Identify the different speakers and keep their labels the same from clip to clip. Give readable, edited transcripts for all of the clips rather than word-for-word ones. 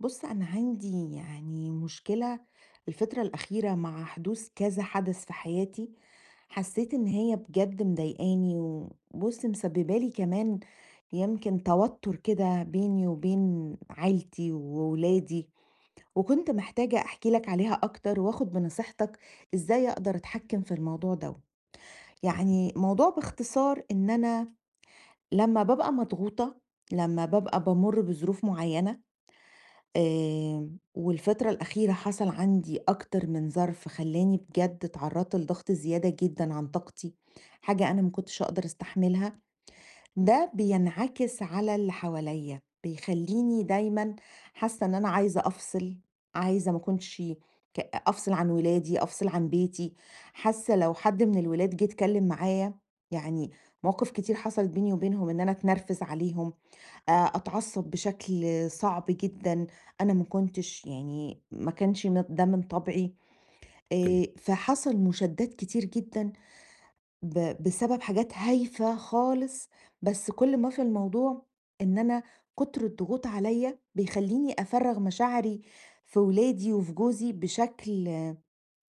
Speaker 1: بُص، أنا عندي يعني مشكلة الفترة الأخيرة مع حدوث كذا حدث في حياتي، حسيت إن هي بجد مضايقاني وبُص، مسببة لي كمان يمكن توتر كده بيني وبين عيلتي وولادي، وكنت محتاجة أحكي لك عليها أكتر وآخد بنصيحتك إزاي أقدر أتحكم في الموضوع دوّة.
Speaker 2: اهم،
Speaker 1: يعني الموضوع باختصار إن أنا لمّا بابقى مضغوطة، لمّا بابقى بامُر بظروف معينة، والفترة الأخيرة حصل عندي أكتر من ظرف خلّاني بجد اتعرّضت لضغط زيادة جدًا عن طاقتي، حاجة أنا ما كنتش أقدر أستحملها، ده بينعكس على اللي حواليّا، بيخلّيني دايمًا حاسة إن أنا عايزة أفصل، عايزة ما أكونش ك أفصل عن ولادي، أفصل عن بيتي، حاسة لو حد من الولاد جِه اتكلم معايا يعني مواقف كتير حصلت بيني وبينهم إن أنا اتنرفز عليهم أتعصّب بشكل صعب جدًا، أنا ما كنتش يعني ما كانش ده من طبعي،
Speaker 2: تمام،
Speaker 1: فحصل مشادّات كتير جدًا بسبب حاجات هايفة خالص، بس كل ما في الموضوع إن أنا كُتر الضغوط عليّا بيخلّيني أفرّغ مشاعري في ولادي وفي جوزي بشكل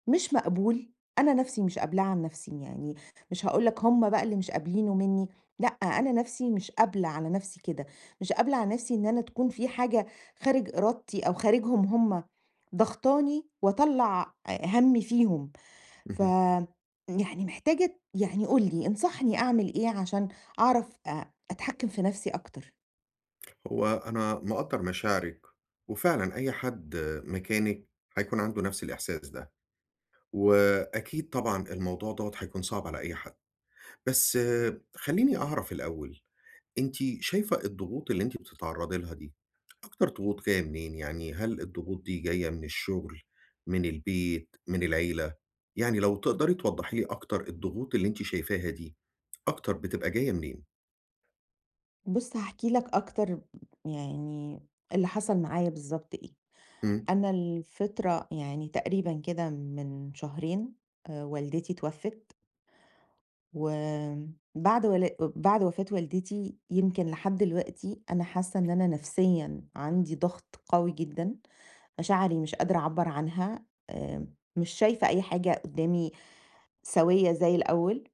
Speaker 1: مش مقبول، أنا نَفْسي مش قابلاه عن نَفْسي، يعني مش هاقول لك هم بقى اللي مش قابلينه منّي، لأ، أنا نَفْسي مش قابلة على نَفْسي كده، مش قابلة على نَفْسي إن أنا تكون في حاجة خارج إرادتي أو خارجهم هم ضاغطاني وأطلّع هَمّي فيهم، ف
Speaker 2: اهم.
Speaker 1: يعني محتاجة يعني قُل لي انصحني أعمل إيه عشان أعرف أتحكّم في نَفْسي أكتر؟
Speaker 2: هو أنا مقدّر مشاعرِك، وفعلًا أي حد مكانِك هيكون عنده نفس الإحساس ده، وأكيد طبعًا الموضوع دوّة هيكون صعب على أي حد، بس آه، خلّيني أعرف الأول، أنتِ شايفة الضغوط اللي أنتِ بتتعرّضي لها دي، أكتر ضغوط جاية منين؟ يعني هل الضغوط دي جاية من الشغل، من البيت، من العيلة؟ يعني لو تقدري توضّحي لي أكتر الضغوط اللي أنتِ شايفاها دي، أكتر بتبقى جاية منين؟
Speaker 1: بُص هاحكي لك أكتر يعني اللي حصل معايا بالضبط إيه.
Speaker 2: إمم،
Speaker 1: أنا الفترة يعني تقريبًا كده من شهرين والدتي اتوفت، وبعد ولا بعد وفاة والدتي يمكن لحد دلوقتي أنا حاسة إن أنا نفسيًا عندي ضغط قوي جدًا، مشاعري مش قادرة أعبّر عنها، مش شايفة أي حاجة قدّامي سوية زي الأول،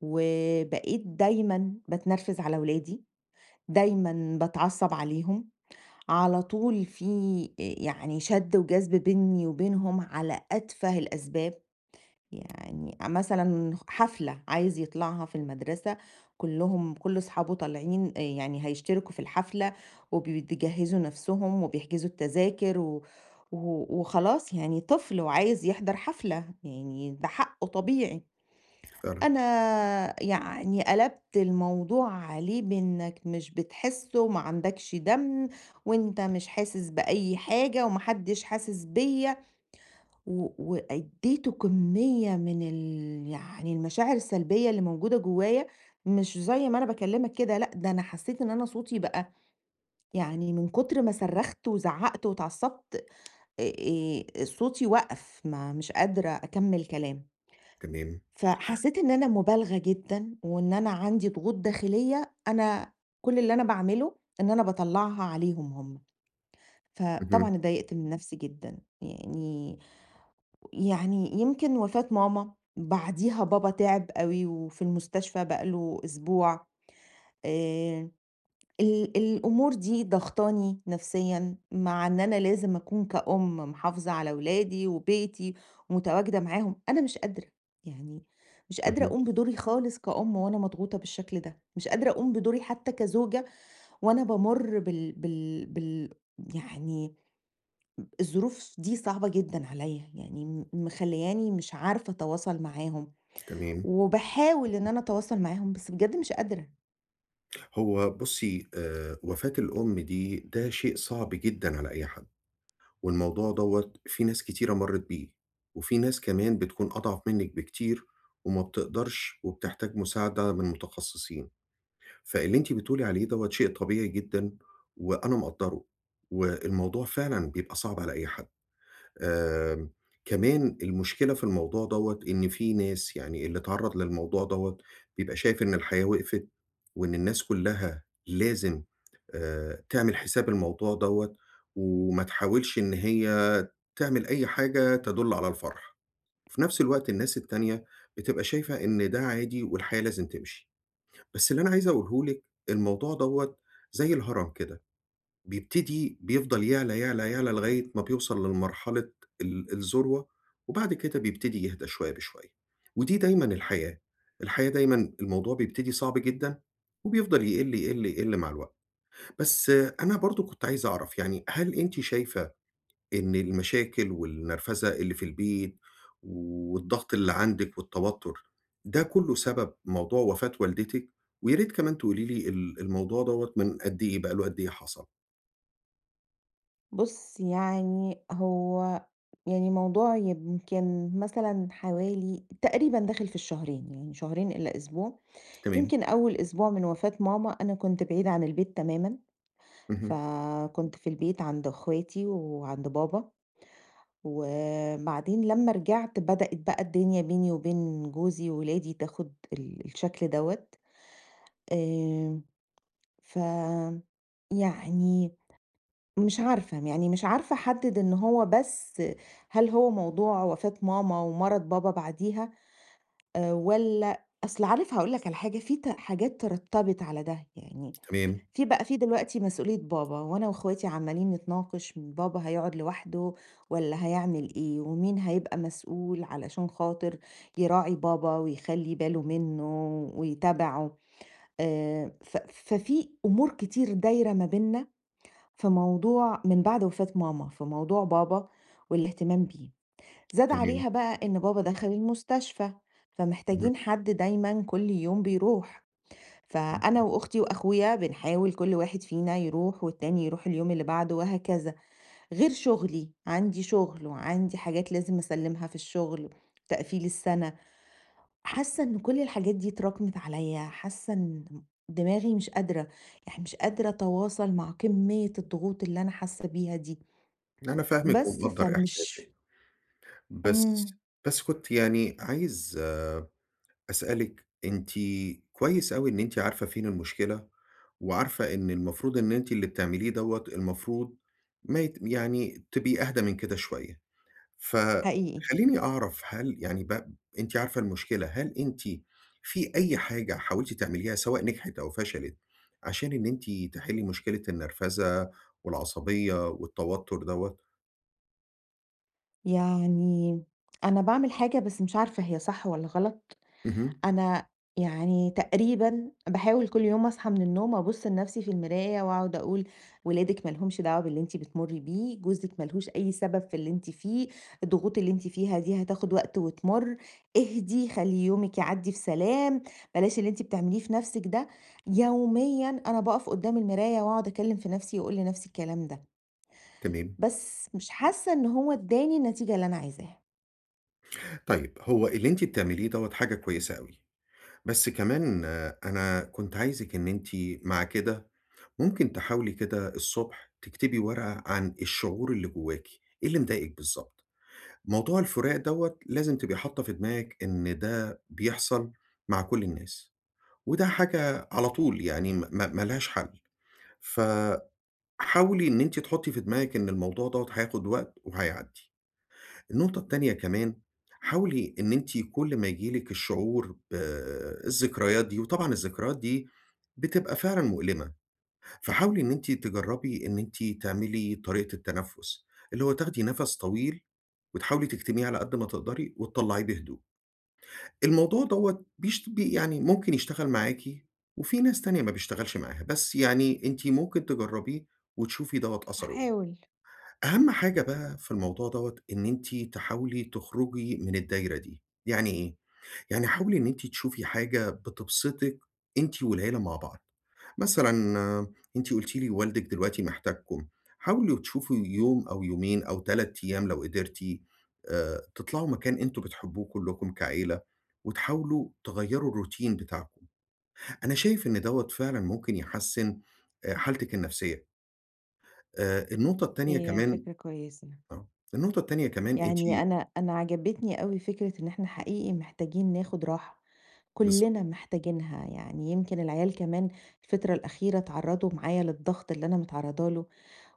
Speaker 1: وبقيت دايمًا باتنرفز على ولادي، دايمًا باتعصب عليهم، على طول في يعني شد وجذب بيني وبينهم على أتفه الأسباب، يعني مثلًا حفلة عايز يطلعها في المدرسة، كلّهم كل أصحابه طالعين يعني هيشتركوا في الحفلة، وبيجهّزوا نَفْسهم وبيحجزوا التذاكر و و وخلاص يعني طفل وعايز يحضر حفلة، يعني ده حقّه طبيعي.
Speaker 2: فعلًا،
Speaker 1: أنا يعني قلبت الموضوع عليه بإنك مش بتحسه، ما عندكش دم، وأنت مش حاسس بأي حاجة، وما حدش حاسس بيّا، وأديته كمية من يعني المشاعر السلبية اللي موجودة جوايا، مش زي ما أنا باكلمك كده، لأ ده أنا حسيت إن أنا صوتي بقى يعني من كتر ما صرخت وزعقت واتعصبت، صوتي وقف، ما مش قادرة أكمل كلام.
Speaker 2: تمام،
Speaker 1: فحسيت إن أنا مُبالغة جدًا، وإن أنا عندي ضغوط داخلية أنا كل اللي أنا باعمله إن أنا باطلّعها عليهم هم،
Speaker 2: اهم،
Speaker 1: فطبعًا اتضايقت من نفسي جدًا، يعني يمكن وفاة ماما، بعديها بابا تعب أوي وفي المستشفى بقى له أسبوع آآ الأمور دي ضاغطاني نفسيًا، مع إن أنا لازم أكون كأم محافظة على ولادي وبيتي ومتواجدة معاهم، أنا مش قادرة، يعني مش قادرة
Speaker 2: اهم.
Speaker 1: أقوم بدوري خالص كأم وأنا مضغوطة بالشكل ده، مش قادرة أقوم بدوري حتى كزوجة وأنا بامُر بال بال بال يعني الظروف دي صعبة جدًا عليَّ، يعني مخلياني مش عارفة أتواصل معاهم،
Speaker 2: تمام.
Speaker 1: وباحاول إن أنا أتواصل معاهم بس بجد مش قادرة،
Speaker 2: هو بُصّي، وفاة الأم دي ده شيء صعب جدًا على أي حد، والموضوع دوّة في ناس كتيرة مرّت بيه، وفي ناس كمان بتكون أضعف منِّك بكتير وما بتقدرش وبتحتاج مساعدة من متخصصين. فاللي أنتِ بتقولي عليه دوّة شيء طبيعي جدًا وأنا مقدّره، والموضوع فعلًا بيبقى صعب على أي حد. آمم، كمان المشكلة في الموضوع دوّة إن في ناس يعني اللي اتعرّض للموضوع دوّة بيبقى شايف إن الحياة وقفت، وإن الناس كلّها لازم تعمل حساب الموضوع دوّة، وما تحاولش إن هي تعمل أي حاجة تدُل على الفرح. وفي نفس الوقت الناس التانية بتبقى شايفة إن ده عادي والحياة لازم تمشي. بس اللي أنا عايز أقوله لِك الموضوع دوّة زي الهرم كده. بيبتدي بيفضل يعلى، يعلى، يعلى لغاية ما بيوصل لمرحلة الذروة، وبعد كده بيبتدي يهدى شوية بشوية، ودي دايمًا الحياة، الحياة دايمًا الموضوع بيبتدي صعب جدًا، وبيفضل يقل، يقل، يقل مع الوقت. بس آه، أنا برضه كنت عايز أعرف يعني هل أنتِ شايفة إن المشاكل والنرفزة اللي في البيت، والضغط اللي عندِك والتوتر، ده كله سبب موضوع وفاة والدتِك؟ ويا ريت كمان تقولي لي الموضوع دوّة من قد إيه، بقى له قد إيه حصل؟
Speaker 1: بُص، يعني هو يعني موضوع يمكن مثلًا حوالي تقريبًا داخل في الشهرين، يعني شهرين إلى أسبوع.
Speaker 2: تمام.
Speaker 1: يمكن أول أسبوع من وفاة ماما أنا كنت بعيدة عن البيت تمامًا،
Speaker 2: اهم.
Speaker 1: فكنت في البيت عند أخواتي وعند بابا، وبعدين لمّا رجعت بدأت بقى الدنيا بيني وبين جوزي وولادي تاخد الشكل دوّة. آآ، ف يعني مش عارفة، يعني مش عارفة أحدد إن هو بس هل هو موضوع وفاة ماما ومرض بابا بعديها والّا أصل عارف هاقول لك على حاجة، في حاجات ترتبط على ده، يعني
Speaker 2: تمام،
Speaker 1: في بقى في دلوقتي مسؤولية بابا وأنا وأخواتي عمّالين نتناقش بابا هيقعد لوحده والّا هيعمل إيه، ومين هيبقى مسؤول علشان خاطر يراعي بابا ويخلّي باله منّه ويتابعه، ف ففي أمور كتير دايرة ما بيننا في موضوع من بعد وفاة ماما، في موضوع بابا والاهتمام بيه. زاد
Speaker 2: تمام.
Speaker 1: عليها بقى إن بابا دخل المستشفى،
Speaker 2: اهم،
Speaker 1: فمحتاجين حد دايمًا كل يوم بيروح، فأنا
Speaker 2: اهم.
Speaker 1: وأختي وأخويا بنحاول كل واحد فينا يروح والتاني يروح اليوم اللي بعده وهكذا، غير شغلي، عندي شغل وعندي حاجات لازم أسلمها في الشغل، تقفيل السنة. حاسة إن كل الحاجات دي اتراكمت عليَّ، حاسة إن دماغي مش قادرة، يعني مش قادرة أتواصل مع كمية الضغوط اللي أنا حاسة بيها دي.
Speaker 2: أنا فاهمِك
Speaker 1: بس
Speaker 2: ومقدّر إحساسِك،
Speaker 1: فمش
Speaker 2: بس
Speaker 1: إمم،
Speaker 2: بس كنت يعني عايز أسألِك أنتِ كويس أوي إن أنتِ عارفة فين المشكلة، وعارفة إن المفروض إن أنتِ اللي بتعمليه دوّة المفروض ما يت يعني تبقي أهدى من كده شوية.
Speaker 1: حقيقي.
Speaker 2: فخلّيني أعرف هل يعني ب أنتِ عارفة المشكلة، هل أنتِ في أي حاجة حاولتِ تعمليها سواء نجحت أو فشلت، عشان إن أنتِ تحلّي مشكلة النرفزة والعصبية والتوتر دوّة؟
Speaker 1: يعني أنا باعمل حاجة بس مش عارفة هي صح والّا غلط،
Speaker 2: اهم،
Speaker 1: أنا يعني تقريبًا باحاول كل يوم أصحى من النوم أبُص لنفسي في المراية وأقعد أقول ولادِك ما لهمش دعوة باللي أنتِ بتمُرّي بيه، جوزِك ما لهوش أي سبب في اللي أنتِ فيه، الضغوط اللي أنتِ فيها دي هتاخد وقت وتمُر، اهدي، خلّي يومِك يعدّي في سلام، بلاش اللي أنتِ بتعمليه في نفسِك ده. يوميًا أنا باقف قدّام المراية وأقعد أكلّم في نفسي وأقول لنفسي الكلام ده.
Speaker 2: تمام.
Speaker 1: بس مش حاسة إن هو ادّاني النتيجة اللي أنا عايزاها.
Speaker 2: طيب هو اللي أنتِ بتعمليه دوّة حاجة كويسة أوي، بس كمان آه، أنا كنت عايزِك إن أنتِ مع كده ممكن تحاولي كده الصبح تكتبي ورقة عن الشعور اللي جواكِ، إيه اللي مضايقِك بالضبط. موضوع الفراق دوّة لازم تبقي حاطّة في دماغِك إن ده بيحصل مع كل الناس، وده حاجة على طول يعني ما لهاش حل، فحاولي إن أنتِ تحطّي في دماغِك إن الموضوع دوّة هياخد وقت وهيعدّي. النقطة التانية كمان، حاولي إن أنتِ كل ما ييجي لِك الشعور بالذكريات دي وطبعًا الذكريات دي بتبقى فعلًا مؤلمة، فحاولي إن أنتِ تجرّبي إن أنتِ تعملي طريقة التنفُّس، اللي هو تاخدي نَفَس طويل وتحاولي تكتميه على قد ما تقدري وتطلّعيه بهدوء. الموضوع دوّة بيشت بي يعني ممكن يشتغل معاكِ وفي ناس تانية ما بيشتغلش معاها، بس يعني أنتِ ممكن تجرّبيه وتشوفي دوّة أثره إيه.
Speaker 1: هاحاول،
Speaker 2: أهم حاجة بقى في الموضوع دوّة إن أنتِ تحاولي تخرجي من الدايرة دي. يعني إيه؟ يعني حاولي إن أنتِ تشوفي حاجة بتبسطِك أنتِ والعيلة مع بعض. مثلًا آه، أنتِ قُلتِ لي والدِك دلوقتي محتاجكم، حاولوا تشوفوا يوم أو يومين أو 3 أيام لو قدرتِ تطلعوا مكان أنتم بتحبوه كلّكم كعيلة وتحاولوا تغيّروا الروتين بتاعكم. أنا شايف إن دوّة فعلًا ممكن يحسّن حالتِك النفسية. النقطة التانية
Speaker 1: هي
Speaker 2: كمان
Speaker 1: فكرة كويسة.
Speaker 2: آه، النقطة التانية كمان أنتِ
Speaker 1: يعني أنا عجبتني أوي فكرة إن إحنا حقيقي محتاجين ناخد راحة،
Speaker 2: بالض
Speaker 1: كُلّنا محتاجينها، يعني يمكن العيال كمان الفترة الأخيرة اتعرّضوا معايا للضغط اللي أنا متعرّضة له،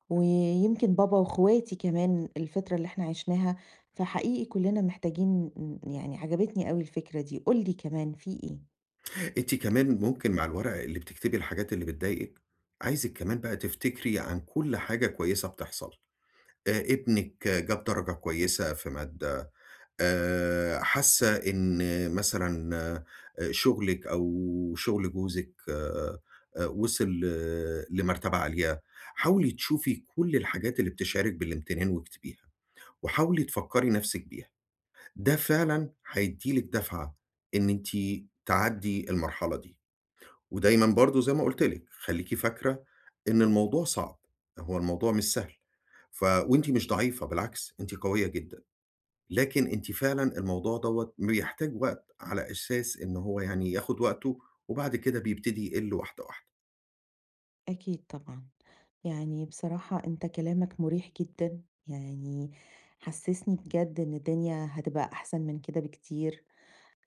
Speaker 1: ويمكن بابا واخواتي كمان الفترة اللي إحنا عِشناها، فحقيقي كُلّنا محتاجين يعني عجبتني أوي الفكرة دي، قُل لي كمان في إيه؟
Speaker 2: أنتِ كمان ممكن مع الورقة اللي بتكتبي الحاجات اللي بتضايقِك، عايزِك كمان بقى تفتكري عن كل حاجة كويسة بتحصل، ابنِك جاب درجة كويسة في مادة، حاسة إن مثلًا شغلِك أو شغل جوزِك وصل آه، لمرتبة عالية، حاولي تشوفي كل الحاجات اللي بتشعرِك بالامتنان واكتبيها، وحاولي تفكّري نفسِك بيها، ده فعلًا هيدّي لِك دفعة إن أنتِ تعدّي المرحلة دي. ودايمًا برضه زي ما قُلت لِك، خلّيكِ فاكرة إن الموضوع صعب، هو الموضوع مش سهل، وأنتِ مش ضعيفة بالعكس، أنتِ قوية جدًا، لكن أنتِ فعلًا الموضوع دوّة بيحتاج وقت على أساس إن هو يعني ياخد وقته، وبعد كده بيبتدي يقِل واحدة، واحدة.
Speaker 1: أكيد طبعًا. يعني بصراحة أنت كلامك مريح جدًا، يعني حسسني بجد إن الدنيا هتبقى أحسن من كده بكتير،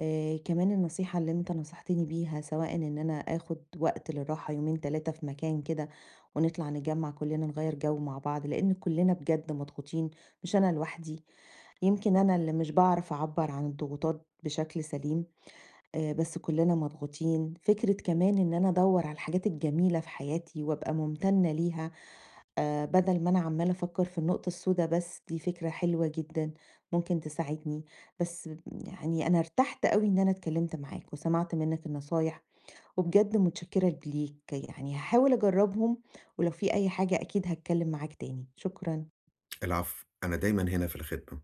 Speaker 1: كمان النصيحة اللي أنت نصحتني بيها سواء إن أنا آخد وقت للراحة يومين 3 في مكان كده، ونطلع نتجمّع كلنا نغيّر جو مع بعض، لإن كلنا بجد مضغوطين، مش أنا لوحدي، يمكن أنا اللي مش باعرف أعبّر عن الضغوطات بشكل سليم، بس كلنا مضغوطين، فكرة كمان إن أنا أدوّر على الحاجات الجميلة في حياتي وأبقى ممتنة ليها بدل ما أنا عمّالة أفكّر في النقطة السودا بس، دي فكرة حلوة جدًا ممكن تساعدني، بس يعني أنا ارتحت أوي إن أنا اتكلّمت معاك وسمعت منّك النصايح، وبجد متشكّرة ليك، يعني هاحاول أجرّبهم ولو في أي حاجة أكيد هاتكلّم معاك تاني، شكرًا.
Speaker 2: العفو، أنا دايمًا هنا في الخدمة.